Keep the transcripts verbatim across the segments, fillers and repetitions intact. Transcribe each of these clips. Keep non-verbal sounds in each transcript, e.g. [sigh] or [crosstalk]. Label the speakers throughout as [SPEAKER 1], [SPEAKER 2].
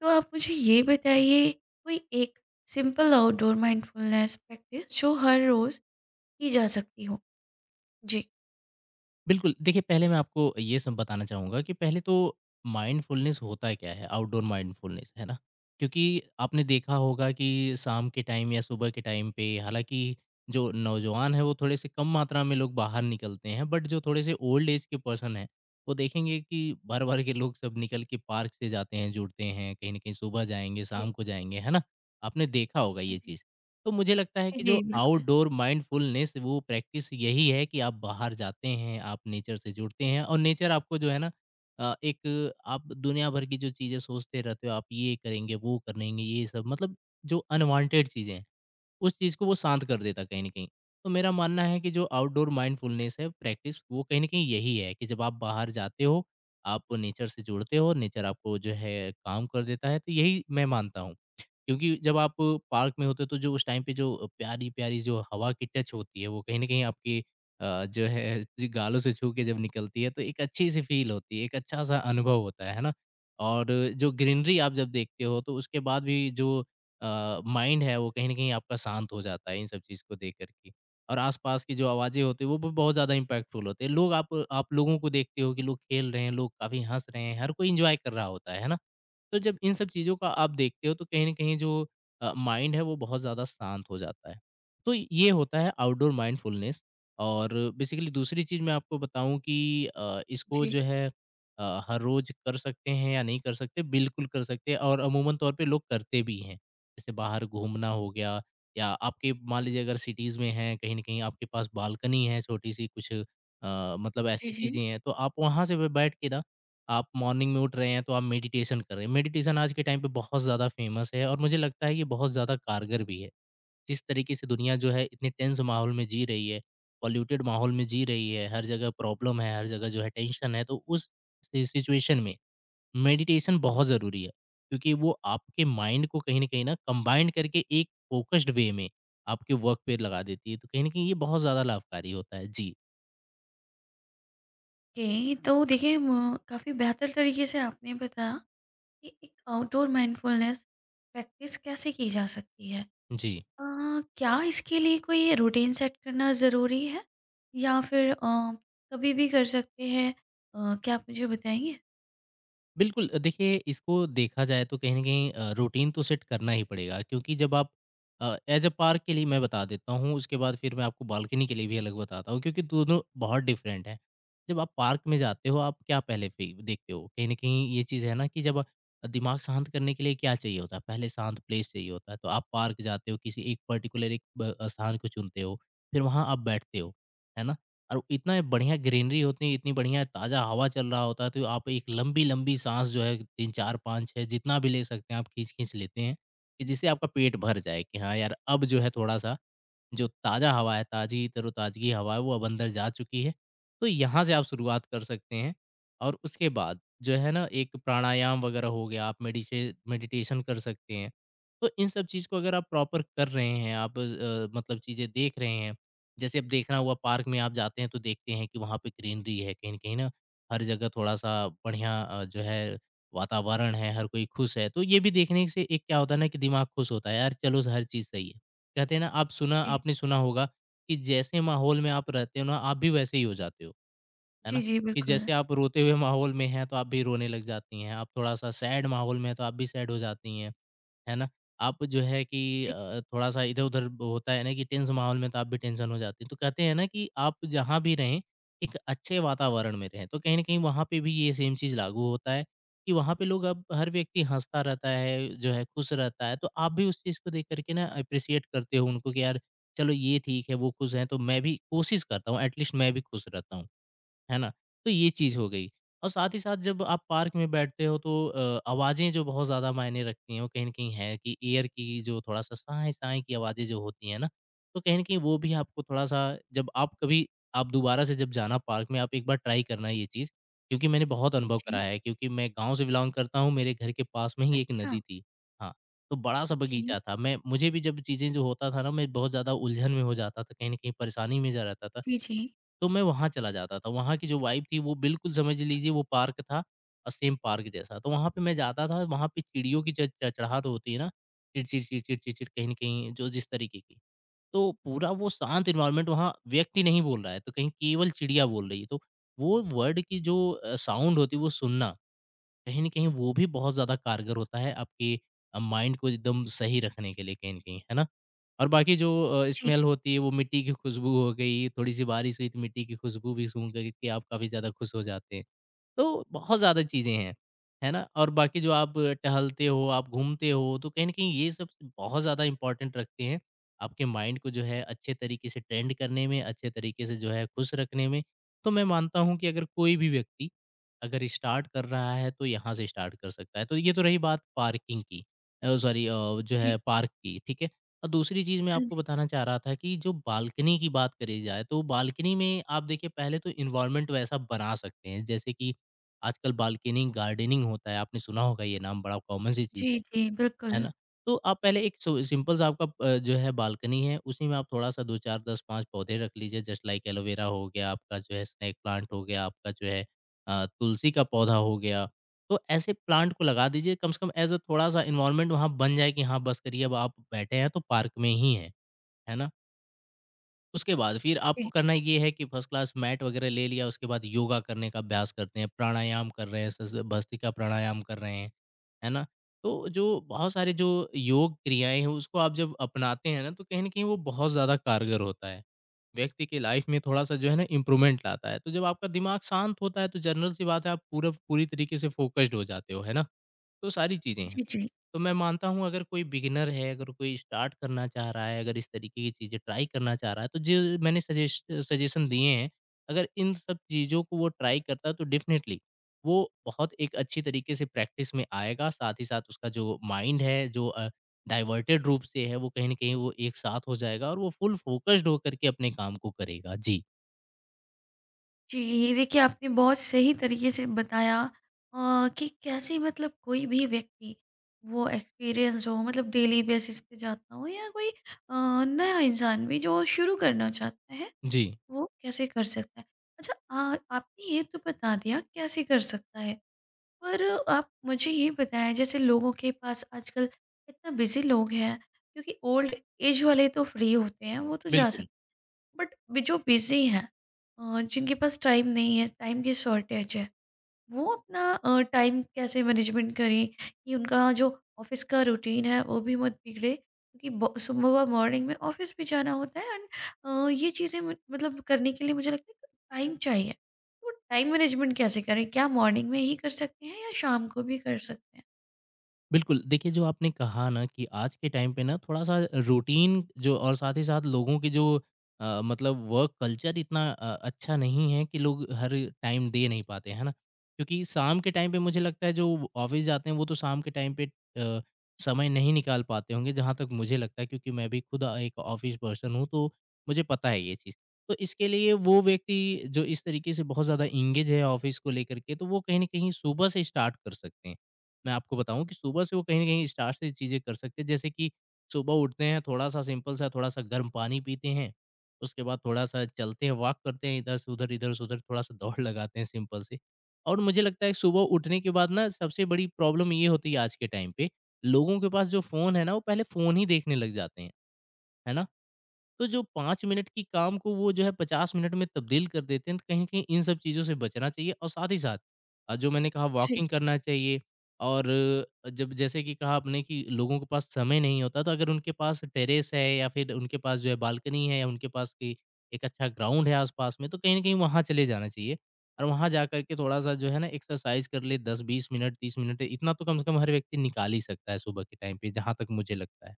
[SPEAKER 1] तो आप मुझे ये बताइए कोई एक सिंपल आउटडोर माइंडफुलनेस प्रैक्टिस जो हर रोज की जा सकती हो? जी।
[SPEAKER 2] बिल्कुल, देखिए पहले मैं आपको ये सब बताना चाहूँगा कि पहले तो माइंडफुलनेस होता क्या है? आउटडोर माइंडफुलनेस, है ना? क्योंकि आपने देखा होगा कि शाम के टाइम या सुबह के टाइम पे हालाँकि जो नौजवान हैं, वो थोड़े से कम मात्रा में लोग बाहर निकलते हैं, बट जो थोड़े से ओल्ड एज के पर्सन हैं, वो देखेंगे कि भर-भर के लोग सब निकल के पार्क से जाते हैं, जुड़ते हैं, कहीं न कहीं सुबह जाएँगे,
[SPEAKER 1] जी।
[SPEAKER 2] शाम को जाएँगे, है ना? आपने देखा होगा
[SPEAKER 1] हाँ
[SPEAKER 2] ये
[SPEAKER 1] जी।
[SPEAKER 2] चीज़। तो मुझे लगता है
[SPEAKER 1] जी,
[SPEAKER 2] कि जो
[SPEAKER 1] जी, बिल्कुल।
[SPEAKER 2] आउटडोर माइंडफुलनेस वो प्रैक्टिस यही है कि आप बाहर जाते हैं, आप नेचर से जुड़ते हैं और नेचर आपको जो है ना अ, एक आप दुनिया भर की जो चीज़ें सोचते रहते हो, आप ये करेंगे, वो करेंगे, ये सब मतलब जो अनवांटेड चीज़ें हैं, उस चीज़ को वो शांत कर देता है कहीं न कहीं। तो मेरा मानना है कि जो आउटडोर माइंडफुलनेस है प्रैक्टिस, वो कहीं न कहीं यही है कि जब आप बाहर जाते हो, आप नेचर से जुड़ते हो, नेचर आपको जो है काम कर देता है, तो यही मैं मानता हूँ। क्योंकि जब आप पार्क में होते हो तो जो उस टाइम पे जो प्यारी-प्यारी जो हवा की टच होती है वो कहीं न कहीं आपकी अ, जो है जी गालों से छू के जब निकलती है तो एक अच्छी-सी फ़ील होती है, एक अच्छा-सा अनुभव होता है, है ना? और जो ग्रीनरी आप जब देखते हो तो उसके बाद भी जो अ, माइंड है वो कहीं न कहीं आपका शांत हो जाता है इन सब चीज़ को देख कर के। और आस-पास की जो आवाज़ें होती हैं वो भी बहुत ज़्यादा इम्पैक्टफुल होते हैं। लोग आप आप लोगों को देखते हो कि लोग खेल रहे हैं, लोग काफ़ी हँस रहे हैं, हर कोई एन्जॉय कर रहा होता है, है ना? तो जब इन सब चीज़ों का आप देखते हो तो कहीं न कहीं जो अ, माइंड है वो बहुत ज़्यादा शांत हो जाता है। तो ये होता है आउटडोर माइंडफुलनेस और बेसिकली दूसरी चीज़ मैं आपको बताऊँ कि अ, इसको
[SPEAKER 1] जी,
[SPEAKER 2] जो है अ, हर रोज़ कर सकते हैं या नहीं कर सकते, बिल्कुल कर सकते हैं और अमूमन तौर पे लोग करते भी हैं। जैसे बाहर घूमना हो गया या आपके मान लीजिए अगर सिटीज़ में हैं, कहीं न कहीं आपके पास बालकनी है छोटी-सी कुछ अ, मतलब
[SPEAKER 1] जी,
[SPEAKER 2] ऐसी चीज़ें
[SPEAKER 1] जी।
[SPEAKER 2] हैं, तो आप वहाँ से ब बैठ के ना आप मॉर्निंग में उठ रहे हैं तो आप मेडिटेशन कर रहे हैं। मेडिटेशन आज के टाइम पे बहुत ज़्यादा फ़ेमस है और मुझे लगता है ये बहुत ज़्यादा कारगर भी है। जिस तरीके से दुनिया जो है इतने टेंस माहौल में जी रही है, पॉल्यूटेड माहौल में जी रही है, हर जगह प्रॉब्लम है, हर जगह जो है टेंशन है, तो उस सि सिचुएशन में मेडिटेशन बहुत ज़रूरी है। क्योंकि वो आपके माइंड को कहीं न कहीं ना कंबाइन करके एक फ़ोकस्ड वे में आपके वर्क पे लगा देती है। तो कहीं न कहीं ये बहुत ज़्यादा लाभकारी होता है। जी।
[SPEAKER 1] ओके, तो देखिए म काफ़ी बेहतर तरीके से आपने बताया कि एक आउटडोर माइंडफुलनेस प्रैक्टिस कैसे की जा सकती है।
[SPEAKER 2] जी।
[SPEAKER 1] अ, क्या इसके लिए कोई रूटीन सेट करना ज़रूरी है या फिर अ, कभी भी कर सकते हैं? अ, क्या आप मुझे बताएँगे?
[SPEAKER 2] बिल्कुल अ, देखिए इसको देखा जाए तो कहीं न कहीं अ, रूटीन तो सेट करना ही पड़ेगा क्योंकि जब आप अ, एज अ पार्क के लिए मैं बता देता हूँ, उसके बाद फिर मैं आपको बालकनी के लिए भी अलग बताता हूँ क्योंकि दोनों बहुत डिफरेंट है। जब आप पार्क में जाते हो, आप क्या पहले फी देखते हो? कहीं न कहीं ये चीज़ है ना कि जब दिमाग शांत करने के लिए क्या चाहिए होता है? पहले शांत प्लेस चाहिए होता है, तो आप पार्क जाते हो, किसी एक पर्टिकुलर एक ब स्थान को चुनते हो, फिर वहाँ आप बैठते हो, है ना? और इतना बढ़िया ग्रीनरी होती है, इतनी बढ़िया ताज़ा हवा चल रहा होता है, तो आप एक लंबी-लंबी साँस जो है तीन, चार, पाँच, छह जितना भी ले सकते हैं आप खींच-खींच लेते हैं, कि जिससे आपका पेट भर जाए कि हाँ यार, अब जो है थोड़ा-सा जो ताज़ा हवा है, ताज़ी तरोताज़गी हवा है, वो अब अंदर जा चुकी है। तो यहाँ से आप शुरुआत कर सकते हैं और उसके बाद जो है ना एक प्राणायाम वगैरह हो गया, आप मेडिशे मेडिटेशन कर सकते हैं। तो इन सब चीज़ को अगर आप प्रॉपर कर रहे हैं, आप अ, मतलब चीज़ें देख रहे हैं, जैसे अब देखना हुआ पार्क में आप जाते हैं तो देखते हैं कि वहाँ पे ग्रीनरी है कहीं न कहीं ना, हर जगह थोड़ा-सा बढ़िया अ, जो है वातावरण है, हर कोई खुश है। तो ये भी देखने से एक क्या होता है ना कि दिमाग खुश होता है, यार चलो हर चीज़ सही है। कहते हैं ना आप सुना
[SPEAKER 1] जी।
[SPEAKER 2] आपने सुना होगा कि जैसे माहौल में आप रहते हो ना आप भी वैसे ही हो जाते हो, है
[SPEAKER 1] जी,
[SPEAKER 2] ना?
[SPEAKER 1] जी,
[SPEAKER 2] कि
[SPEAKER 1] बिल्कुल।
[SPEAKER 2] जैसे आप रोते हुए माहौल में हैं तो आप भी रोने लग जाती हैं, आप थोड़ा-सा सैड माहौल में हैं तो आप भी सैड हो जाती हैं। है ना? आप जो है कि
[SPEAKER 1] जी,
[SPEAKER 2] अ, थोड़ा-सा इधर-उधर होता है ना कि टेंस माहौल में तो आप भी टेंशन हो जाती है। तो कहते हैं ना कि आप जहाँ भी रहें, एक अच्छे वातावरण में रहें। तो कहीं न कहीं वहाँ पे भी ये सेम चीज़ लागू होता है कि वहाँ पे लोग अब हर व्यक्ति हँसता रहता है, जो है खुश रहता है। तो आप भी उस चीज़ को देख कर के ना एप्रिशिएट करते हो उनको कि यार चलो ये ठीक है, वो खुश हैं तो मैं भी कोशिश करता हूँ एट लीस्ट मैं भी खुश रहता हूँ। है ना? तो ये चीज़ हो गई और साथ ही साथ जब आप पार्क में बैठते हो तो अ, आवाज़ें जो बहुत ज़्यादा मायने रखती हैं, वो कहीं न कहीं है कि एयर की जो थोड़ा-सा साँय-साँय की आवाज़ें जो होती हैं ना, तो कहीं न कहीं वो भी आपको थोड़ा-सा जब आप कभी आप दोबारा से जब जाना पार्क में, आप एक बार ट्राई करना ये चीज़, क्योंकि मैंने बहुत
[SPEAKER 1] जी,
[SPEAKER 2] अनुभव करा
[SPEAKER 1] जी।
[SPEAKER 2] है क्योंकि मैं गाँव से बिलॉन्ग करता हूँ, मेरे घर के पास में ही एक
[SPEAKER 1] अच्छा,
[SPEAKER 2] नदी थी। हाँ, तो बड़ा-सा
[SPEAKER 1] ओके।
[SPEAKER 2] बगीचा था। मैं मुझे भी जब चीज़ें जो होता था ना, मैं बहुत ज़्यादा उलझन में हो जाता था, कहीं न कहीं परेशानी में जा रहता था।
[SPEAKER 1] जी, जी।
[SPEAKER 2] तो मैं वहाँ चला जाता था। वहाँ की जो वाइब थी वो बिल्कुल समझ लीजिए वो पार्क था और सेम पार्क जैसा। तो वहाँ पे मैं जाता था, वहाँ पे चिड़ियों की च चहचहाट होती है ना, चिड़चिड़, चिड़चिड़, चिड़चिड़ कहीं न कहीं जो जिस तरीके की। तो पूरा वो शांत एनवायरनमेंट वहाँ व्यक्ति नहीं बोल रहा है, तो कहीं केवल चिड़िया बोल रही है। तो वो वर्ड की जो अ, साउंड होती है वो सुनना कहीं न कहीं वो भी बहुत ज़्यादा कारगर होता है आपके अ, माइंड को एकदम सही रखने के लिए कहीं न कहीं, है ना? और बाकी जो अ,
[SPEAKER 1] जी,
[SPEAKER 2] स्मेल होती है वो मिट्टी की खुशबू हो गई, थोड़ी-सी बारिश हुई तो मिट्टी की खुशबू भी सूँघ के आप काफ़ी ज़्यादा खुश हो जाते हैं। तो बहुत ज़्यादा चीज़ें हैं, है ना? और बाकी जो आप टहलते हो, आप घूमते हो, तो कहीं न कहीं ये सब बहुत ज़्यादा इम्पोर्टेंट रखते हैं, आपके माइंड को जो है अच्छे तरीके से ट्रेंड करने में, अच्छे तरीके से जो है खुश रखने में। तो मैं मानता हूँ कि अगर कोई भी व्यक्ति अगर स्टार्ट कर रहा है, तो यहाँ से स्टार्ट कर सकता है। तो ये तो रही बात पार्किंग की अ, सॉरी अ, जो
[SPEAKER 1] जी।
[SPEAKER 2] है पार्क की, ठीक है? और दूसरी चीज़ मैं
[SPEAKER 1] हाँ
[SPEAKER 2] आपको
[SPEAKER 1] जी।
[SPEAKER 2] बताना चाह रहा था कि जो बालकनी की बात करी जाए, तो बालकनी में आप देखिए पहले तो एनवायरनमेंट वैसा बना सकते हैं, जैसे कि आजकल बाल्कनिंग, गार्डनिंग होता है, आपने सुना होगा ये नाम, बड़ा कॉमन सी
[SPEAKER 1] जी,
[SPEAKER 2] चीज़ है,
[SPEAKER 1] जी,
[SPEAKER 2] है
[SPEAKER 1] बिल्कुल।
[SPEAKER 2] ना? तो आप पहले एक सो सिंपल सा आपका अ, जो है बालकनी है, उसी में आप थोड़ा-सा दो, चार, दस, पाँच पौधे रख लीजिए, जस्ट लाइक एलोवेरा हो गया, आपका जो है स्नेक प्लांट हो गया, आपका जो है अ, तुलसी का पौधा हो गया। तो ऐसे प्लांट को लगा दीजिए, कम से कम एज़ अ थोड़ा-सा एनवायरनमेंट वहाँ बन जाए कि हाँ, बस करिए अब आप बैठे हैं तो पार्क में ही हैं, है ना? उसके बाद फिर आपको
[SPEAKER 1] जी,
[SPEAKER 2] करना ये है कि फर्स्ट क्लास मैट वगैरह ले लिया, उसके बाद योगा करने का अभ्यास करते हैं, प्राणायाम कर रहे हैं, सस भस्त्रिका प्राणायाम कर रहे हैं, है ना? तो जो बहुत सारे जो योग क्रियाएँ हैं, उसको आप जब अपनाते हैं ना, तो कहीं न कहीं वो बहुत ज़्यादा कारगर होता है। व्यक्ति की लाइफ़ में थोड़ा-सा जो है ना इम्प्रूवमेंट लाता है। तो जब आपका दिमाग शांत होता है, तो जनरल सी बात है आप पूरा पूरी तरीके से फ़ोकस्ड हो जाते हो, है ना? तो सारी चीज़ें हैं।
[SPEAKER 1] जी, जी।
[SPEAKER 2] तो मैं मानता हूँ अगर कोई बिगिनर है, अगर कोई स्टार्ट करना चाह रहा है, अगर इस तरीके की चीज़ें ट्राई करना चाह रहा है, तो जो मैंने सजेस्ट सजेशन दिए हैं, अगर इन सब चीज़ों को वो ट्राई करता है तो डेफ़िनेटली वो बहुत एक अच्छी तरीके से प्रैक्टिस में आएगा। साथ ही साथ उसका जो माइंड है, जो अ, डाइवर्टेड रूप से है, वो कहीं न कहीं वो एक साथ हो जाएगा और वो फुल फ़ोकस्ड होकर के अपने काम को करेगा। जी।
[SPEAKER 1] जी, देखिए आपने बहुत सही तरीके से बताया अ, कि कैसे मतलब कोई भी व्यक्ति वो एक्सपीरियंस हो मतलब डेली बेसिस पे जाता हो या कोई अ, नया इंसान भी जो शुरू करना चाहता है,
[SPEAKER 2] जी,
[SPEAKER 1] वो कैसे कर सकता है? अच्छा अ, आपने ये तो बता दिया कैसे कर सकता है। पर आप मुझे ये बताएँ जैसे लोगों के पास आजकल इतना बिज़ी लोग हैं क्योंकि ओल्ड एज वाले तो फ्री होते हैं वो तो जा
[SPEAKER 2] बिल्कुल।
[SPEAKER 1] सकते बट जो बिज़ी हैं अ, जिनके पास टाइम नहीं है टाइम की शॉर्टेज है वो अपना अ, टाइम कैसे मैनेजमेंट करें कि उनका जो ऑफिस का रूटीन है वो भी मत बिगड़े क्योंकि ब- सुबह मॉर्निंग में ऑफिस भी जाना होता है एंड ये चीज़ें मु- मतलब करने के लिए मुझे लगता है टाइम चाहिए तो टाइम मैनेजमेंट कैसे करें क्या मॉर्निंग में ही कर सकते हैं या शाम को भी कर सकते हैं?
[SPEAKER 2] बिल्कुल, देखिए जो आपने कहा ना कि आज के टाइम पे ना थोड़ा-सा रूटीन जो और साथ ही साथ लोगों की जो अ, मतलब वर्क कल्चर इतना अ, अच्छा नहीं है कि लोग हर टाइम दे नहीं पाते, है ना? क्योंकि शाम के टाइम पे मुझे लगता है जो ऑफ़िस जाते हैं वो तो शाम के टाइम पे अ, समय नहीं निकाल पाते होंगे जहाँ तक मुझे लगता है क्योंकि मैं भी खुद एक ऑफ़िस पर्सन हूँ, तो मुझे पता है ये चीज़। तो इसके लिए वो व्यक्ति जो इस तरीके से बहुत ज़्यादा एंगेज है ऑफ़िस को लेकर के, तो वो कहीं न कहीं सुबह से स्टार्ट कर सकते हैं। मैं आपको बताऊँ कि सुबह से वो कहीं न कहीं स्टार्ट से चीज़ें कर सकते हैं। जैसे कि सुबह उठते हैं, थोड़ा-सा सिंपल-सा थोड़ा-सा गर्म पानी पीते हैं, उसके बाद थोड़ा-सा चलते हैं, वॉक करते हैं इधर से उधर, इधर से उधर थोड़ा-सा दौड़ लगाते हैं सिंपल सी। और मुझे लगता है सुबह उठने के बाद ना सबसे बड़ी प्रॉब्लम ये होती है आज के टाइम पे, लोगों के पास जो फ़ोन है ना, वो पहले फ़ोन ही देखने लग जाते हैं। है ना? तो जो पाँच मिनट की काम को वो जो है पचास मिनट में तब्दील कर देते हैं, तो कहीं न कहीं इन सब चीज़ों से बचना चाहिए और साथ ही साथ अ, जो मैंने कहा
[SPEAKER 1] जी
[SPEAKER 2] वॉकिंग करना चाहिए और अ, जब जैसे कि कहा आपने कि लोगों के पास समय नहीं होता, तो अगर उनके पास टेरेस है या फिर उनके पास जो है बालकनी है या उनके पास कि एक अच्छा ग्राउंड है आस-पास में, तो कहीं न कहीं वहाँ चले जाना चाहिए और वहाँ जा कर के थोड़ा-सा जो है ना एक्सरसाइज़ कर ले दस, बीस मिनट, तीस मिनट इतना तो कम से कम हर व्यक्ति निकाल ही सकता है सुबह के टाइम पे, जहाँ तक मुझे लगता है।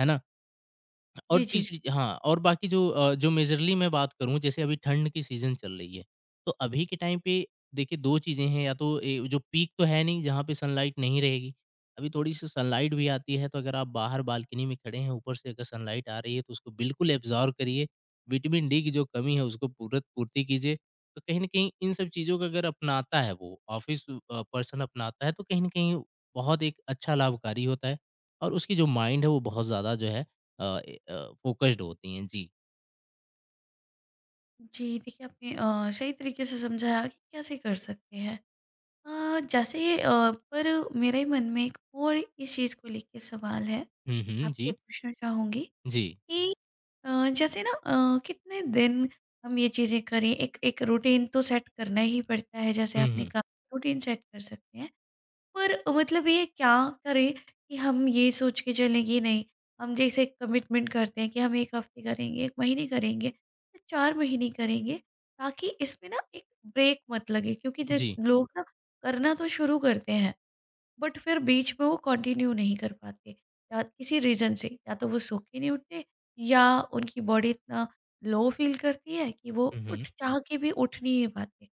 [SPEAKER 2] है ना?
[SPEAKER 1] जी।
[SPEAKER 2] और
[SPEAKER 1] जी
[SPEAKER 2] तीसरी हाँ, और बाकी जो अ, जो मेजरली मैं बात करूँ जैसे अभी ठंड की सीज़न चल रही है, तो अभी के टाइम पे देखिए दो चीज़ें हैं या तो ए, जो पीक तो है नहीं जहाँ पे सनलाइट नहीं रहेगी, अभी थोड़ी-सी सनलाइट भी आती है तो अगर आप बाहर बालकनी में खड़े हैं ऊपर से अगर सनलाइट आ रही है तो उसको बिल्कुल एब्ज़ॉर्ब करिए, विटामिन डी की जो कमी है उसको पूरत पूर्ति कीजिए। तो कहीं न कहीं इन सब चीज़ों को अगर अपनाता है वो ऑफ़िस अ, पर्सन अपनाता है तो कहीं न कहीं बहुत एक अच्छा लाभकारी होता है और उसकी जो माइंड है वो बहुत ज़्यादा जो है अ, ए अ, फ़ोकस्ड होती हैं। जी।
[SPEAKER 1] जी। देखिए आपने अ, सही तरीके से समझाया कि कैसे कर सकते हैं अ, जैसे अ, पर मेरे मन में एक और इस चीज़ को लेके सवाल है
[SPEAKER 2] हुँ, हुँ।
[SPEAKER 1] आपसे
[SPEAKER 2] जी,
[SPEAKER 1] पूछना चाहूँगी
[SPEAKER 2] जी।
[SPEAKER 1] कि अ, जैसे ना अ, कितने दिन हम ये चीज़ें करें? एक एक रूटीन तो सेट करना ही पड़ता है, जैसे
[SPEAKER 2] हुँ,
[SPEAKER 1] आपने
[SPEAKER 2] हुँ।
[SPEAKER 1] कहा रूटीन सेट कर सकते हैं। पर मतलब ये क्या करें कि हम ये सोच के चलें कि नहीं, हम जैसे कमिटमेंट करते हैं कि हम एक हफ़्ते करेंगे, एक महीने करेंगे, चार महीने करेंगे, ताकि इसमें ना एक ब्रेक मत लगे क्योंकि देख
[SPEAKER 2] जी।
[SPEAKER 1] लोग ना करना तो शुरू करते हैं। बट फिर बीच में वो कंटिन्यू नहीं कर पाते या किसी रीज़न से या तो वो सो के नहीं उठते या उनकी बॉडी इतना लो फील करती है कि वो
[SPEAKER 2] हुँ, हुँ।
[SPEAKER 1] उठ चाह के भी उठ नहीं पाते।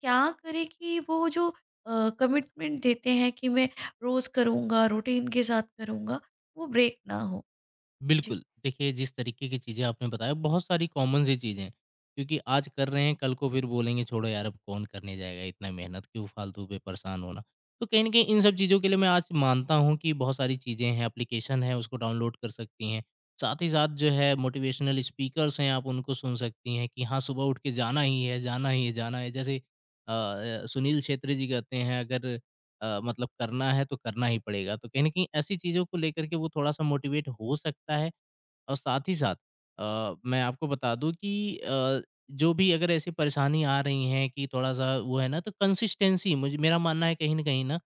[SPEAKER 1] क्या करें कि वो जो कमिटमेंट देते हैं कि मैं रोज़ करूँगा रूटीन के साथ करूँगा वो ब्रेक ना हो? जी।
[SPEAKER 2] बिल्कुल, देखिए जिस तरीके की चीज़ें आपने बताया बहुत सारी कॉमन सी चीज़ें हैं, क्योंकि आज कर रहे हैं कल को फिर बोलेंगे छोड़ो यार अब कौन करने जाएगा इतना मेहनत क्यों फ़ालतू पे परेशान होना। तो कहीं न कहीं इन सब चीज़ों के लिए मैं आज मानता हूँ कि बहुत सारी चीज़ें हैं, एप्लीकेशन है उसको डाउनलोड कर सकती हैं। साथ ही साथ जो है मोटिवेशनल स्पीकर्स हैं आप उनको सुन सकती हैं कि हाँ, सुबह उठ के जाना ही है, जाना ही है, जाना है। जैसे अ अ, सुनील छेत्री जी कहते हैं अगर अ, मतलब करना है तो करना ही पड़ेगा। तो कहीं न कहीं ऐसी चीज़ों को लेकर के वो थोड़ा-सा मोटिवेट हो सकता है और साथ ही साथ अ, मैं आपको बता दूँ कि अ, जो भी अगर ऐसी परेशानी आ रही हैं कि थोड़ा-सा वो है ना तो कंसिस्टेंसी मुझे मेरा मानना है कहीं न कहीं ना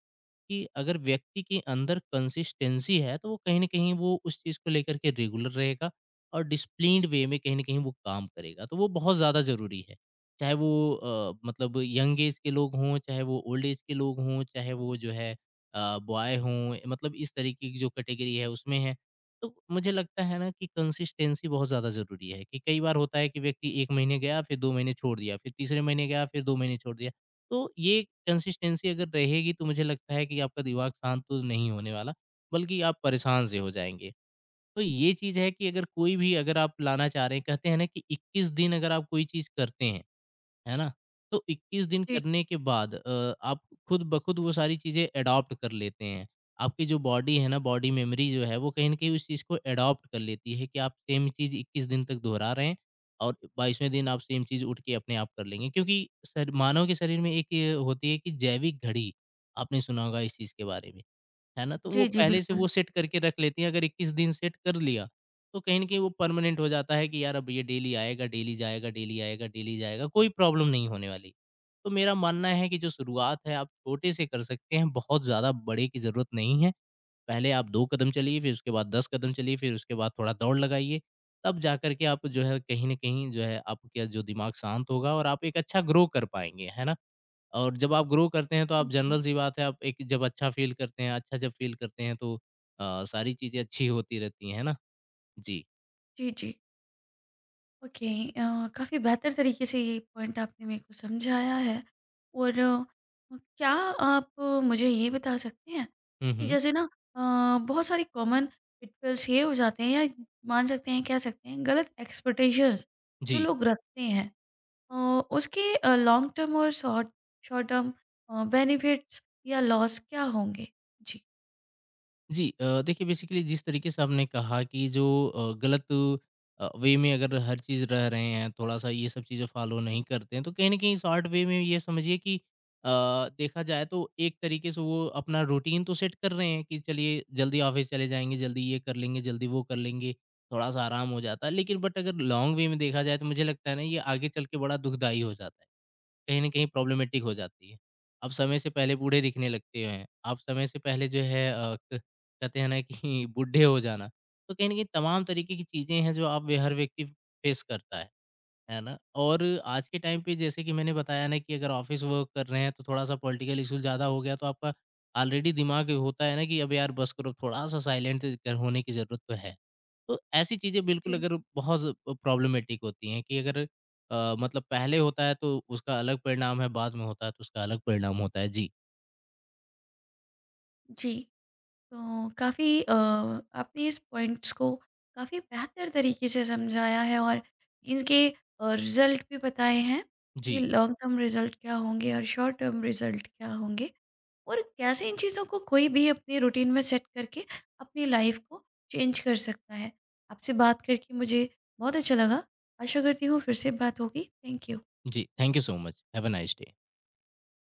[SPEAKER 2] कि अगर व्यक्ति के अंदर कंसिस्टेंसी है तो वो कहीं न कहीं वो उस चीज़ को लेकर के रेगुलर रहेगा और डिसिप्लिन्ड वे में कहीं न कहीं वो काम करेगा। तो वो बहुत ज़्यादा ज़रूरी है। चाहे वो अ, मतलब यंग एज के लोग हों, चाहे वो ओल्ड एज के लोग हों, चाहे वो जो है अ, बॉय हों, मतलब इस तरीके की जो कैटेगरी है उसमें है। तो मुझे लगता है ना कि कंसिस्टेंसी बहुत ज़्यादा ज़रूरी है कि कई बार होता है कि व्यक्ति एक महीने गया, फिर दो महीने छोड़ दिया, फिर तीसरे महीने गया, फिर दो महीने छोड़ दिया। तो ये कंसिस्टेंसी अगर रहेगी तो मुझे लगता है कि आपका दिमाग शांत तो नहीं होने वाला, बल्कि आप परेशान से हो जाएँगे। तो ये चीज़ है कि अगर कोई भी अगर आप लाना चाह रहे हैं कहते हैं ना कि इक्कीस दिन अगर आप कोई चीज़ करते हैं, है ना? तो इक्कीस दिन
[SPEAKER 1] जी जी।
[SPEAKER 2] करने के बाद अ, आप खुद ब खुद वो सारी चीज़ें एडॉप्ट कर लेते हैं। आपकी जो बॉडी है ना, बॉडी मेमोरी जो है, वो कहीं न कहीं उस चीज़ को एडॉप्ट कर लेती है कि आप सेम चीज़ इक्कीस दिन तक दोहरा रहे हैं और बाईसवें दिन आप सेम चीज़ उठ के अपने आप कर लेंगे। क्योंकि सर मानव के शरीर में एक ये होती है कि जैविक घड़ी, आपने सुना होगा इस चीज़ के बारे में। है ना? तो वो
[SPEAKER 1] जी जी,
[SPEAKER 2] पहले से
[SPEAKER 1] बिल्कुल।
[SPEAKER 2] वो सेट करके रख लेती हैं, अगर इक्कीस दिन सेट कर लिया, तो कहीं न कहीं वो परमानेंट हो जाता है कि यार अब ये डेली आएगा, डेली जाएगा, डेली आएगा, डेली जाएगा, कोई प्रॉब्लम नहीं होने वाली। तो मेरा मानना है कि जो शुरुआत है आप छोटे से कर सकते हैं, बहुत ज़्यादा बड़े की ज़रूरत नहीं है। पहले आप दो कदम चलिए, फिर उसके बाद दस कदम चलिए, फिर उसके बाद थोड़ा दौड़ लगाइए, तब जा कर के आप जो है कहीं न कहीं जो है आपका जो दिमाग शांत होगा और आप एक अच्छा ग्रो कर पाएँगे, है ना? और जब आप ग्रो करते हैं तो आप
[SPEAKER 1] जी
[SPEAKER 2] जनरल सी बात है आप एक जब अच्छा फ़ील करते हैं अच्छा जब फ़ील करते हैं तो अ, सारी चीज़ें अच्छी होती रहती हैं, है ना? जी।
[SPEAKER 1] जी जी। ओके, अ, काफ़ी बेहतर तरीके से ये पॉइंट आपने मेरे को समझाया है और अ, क्या आप अ, मुझे ये बता सकते हैं
[SPEAKER 2] हुँ,
[SPEAKER 1] कि
[SPEAKER 2] हुँ।
[SPEAKER 1] जैसे ना अ, बहुत सारी कॉमन पिटफॉल्स ये हो जाते हैं या मान सकते हैं कह सकते हैं गलत एक्सपेक्टेशंस जो
[SPEAKER 2] जी।
[SPEAKER 1] लोग रखते हैं अ, उसके लॉन्ग टर्म और शॉर्ट शॉर्ट टर्म बेनिफिट्स या लॉस क्या होंगे? जी
[SPEAKER 2] जी अ, देखिए बेसिकली जिस तरीके से आपने कहा कि जो अ, गलत अ, वे में अगर हर चीज़ रह रहे हैं, थोड़ा-सा ये सब चीज़ें फ़ॉलो नहीं करते हैं, तो कहीं न कहीं शॉर्ट वे में ये समझिए कि अ, देखा जाए तो एक तरीके से वो अपना रूटीन तो सेट कर रहे हैं कि चलिए जल्दी ऑफ़िस चले जाएँगे, जल्दी ये कर लेंगे, जल्दी वो कर लेंगे, थोड़ा-सा आराम हो जाता है। लेकिन बट अगर लॉन्ग वे में देखा जाए तो मुझे लगता है ना ये आगे चल के बड़ा दुखदायी हो जाता है। कहीं न कहीं प्रॉब्लमेटिक हो जाती है। आप समय से पहले बूढ़े दिखने लगते हैं, आप समय से पहले जो है अ, क कहते हैं ना कि [laughs] बूढ़े हो जाना। तो कहीं न कहीं तमाम तरीके की चीज़ें हैं जो आप वे हर व्यक्ति फेस करता है। है ना? और आज के टाइम पे जैसे कि मैंने बताया ना कि अगर ऑफ़िस वर्क कर रहे हैं तो थोड़ा-सा पॉलिटिकल इश्यू ज़्यादा हो गया तो आपका ऑलरेडी दिमाग होता है ना कि अब यार बस करो थोड़ा-सा साइलेंट कर होने की ज़रूरत तो है। तो ऐसी चीज़ें बिल्कुल
[SPEAKER 1] जी
[SPEAKER 2] अगर बहुत प्रॉब्लमैटिक होती हैं कि अगर अ, मतलब पहले होता है तो उसका अलग परिणाम है, बाद में होता है तो उसका अलग परिणाम होता है। जी,
[SPEAKER 1] जी। तो काफ़ी अ, आपने इस पॉइंट्स को काफ़ी बेहतर तरीके से समझाया है और इनके रिजल्ट भी बताए हैं कि
[SPEAKER 2] जी,
[SPEAKER 1] लॉन्ग टर्म रिजल्ट क्या होंगे और शॉर्ट टर्म रिजल्ट क्या होंगे और कैसे इन चीज़ों को कोई भी अपनी रूटीन में सेट करके अपनी लाइफ को चेंज कर सकता है। आपसे बात करके मुझे बहुत अच्छा लगा। आशा करती हूँ फिर से बात होगी। Thank you.
[SPEAKER 2] जी। Thank you so much. Have a nice day.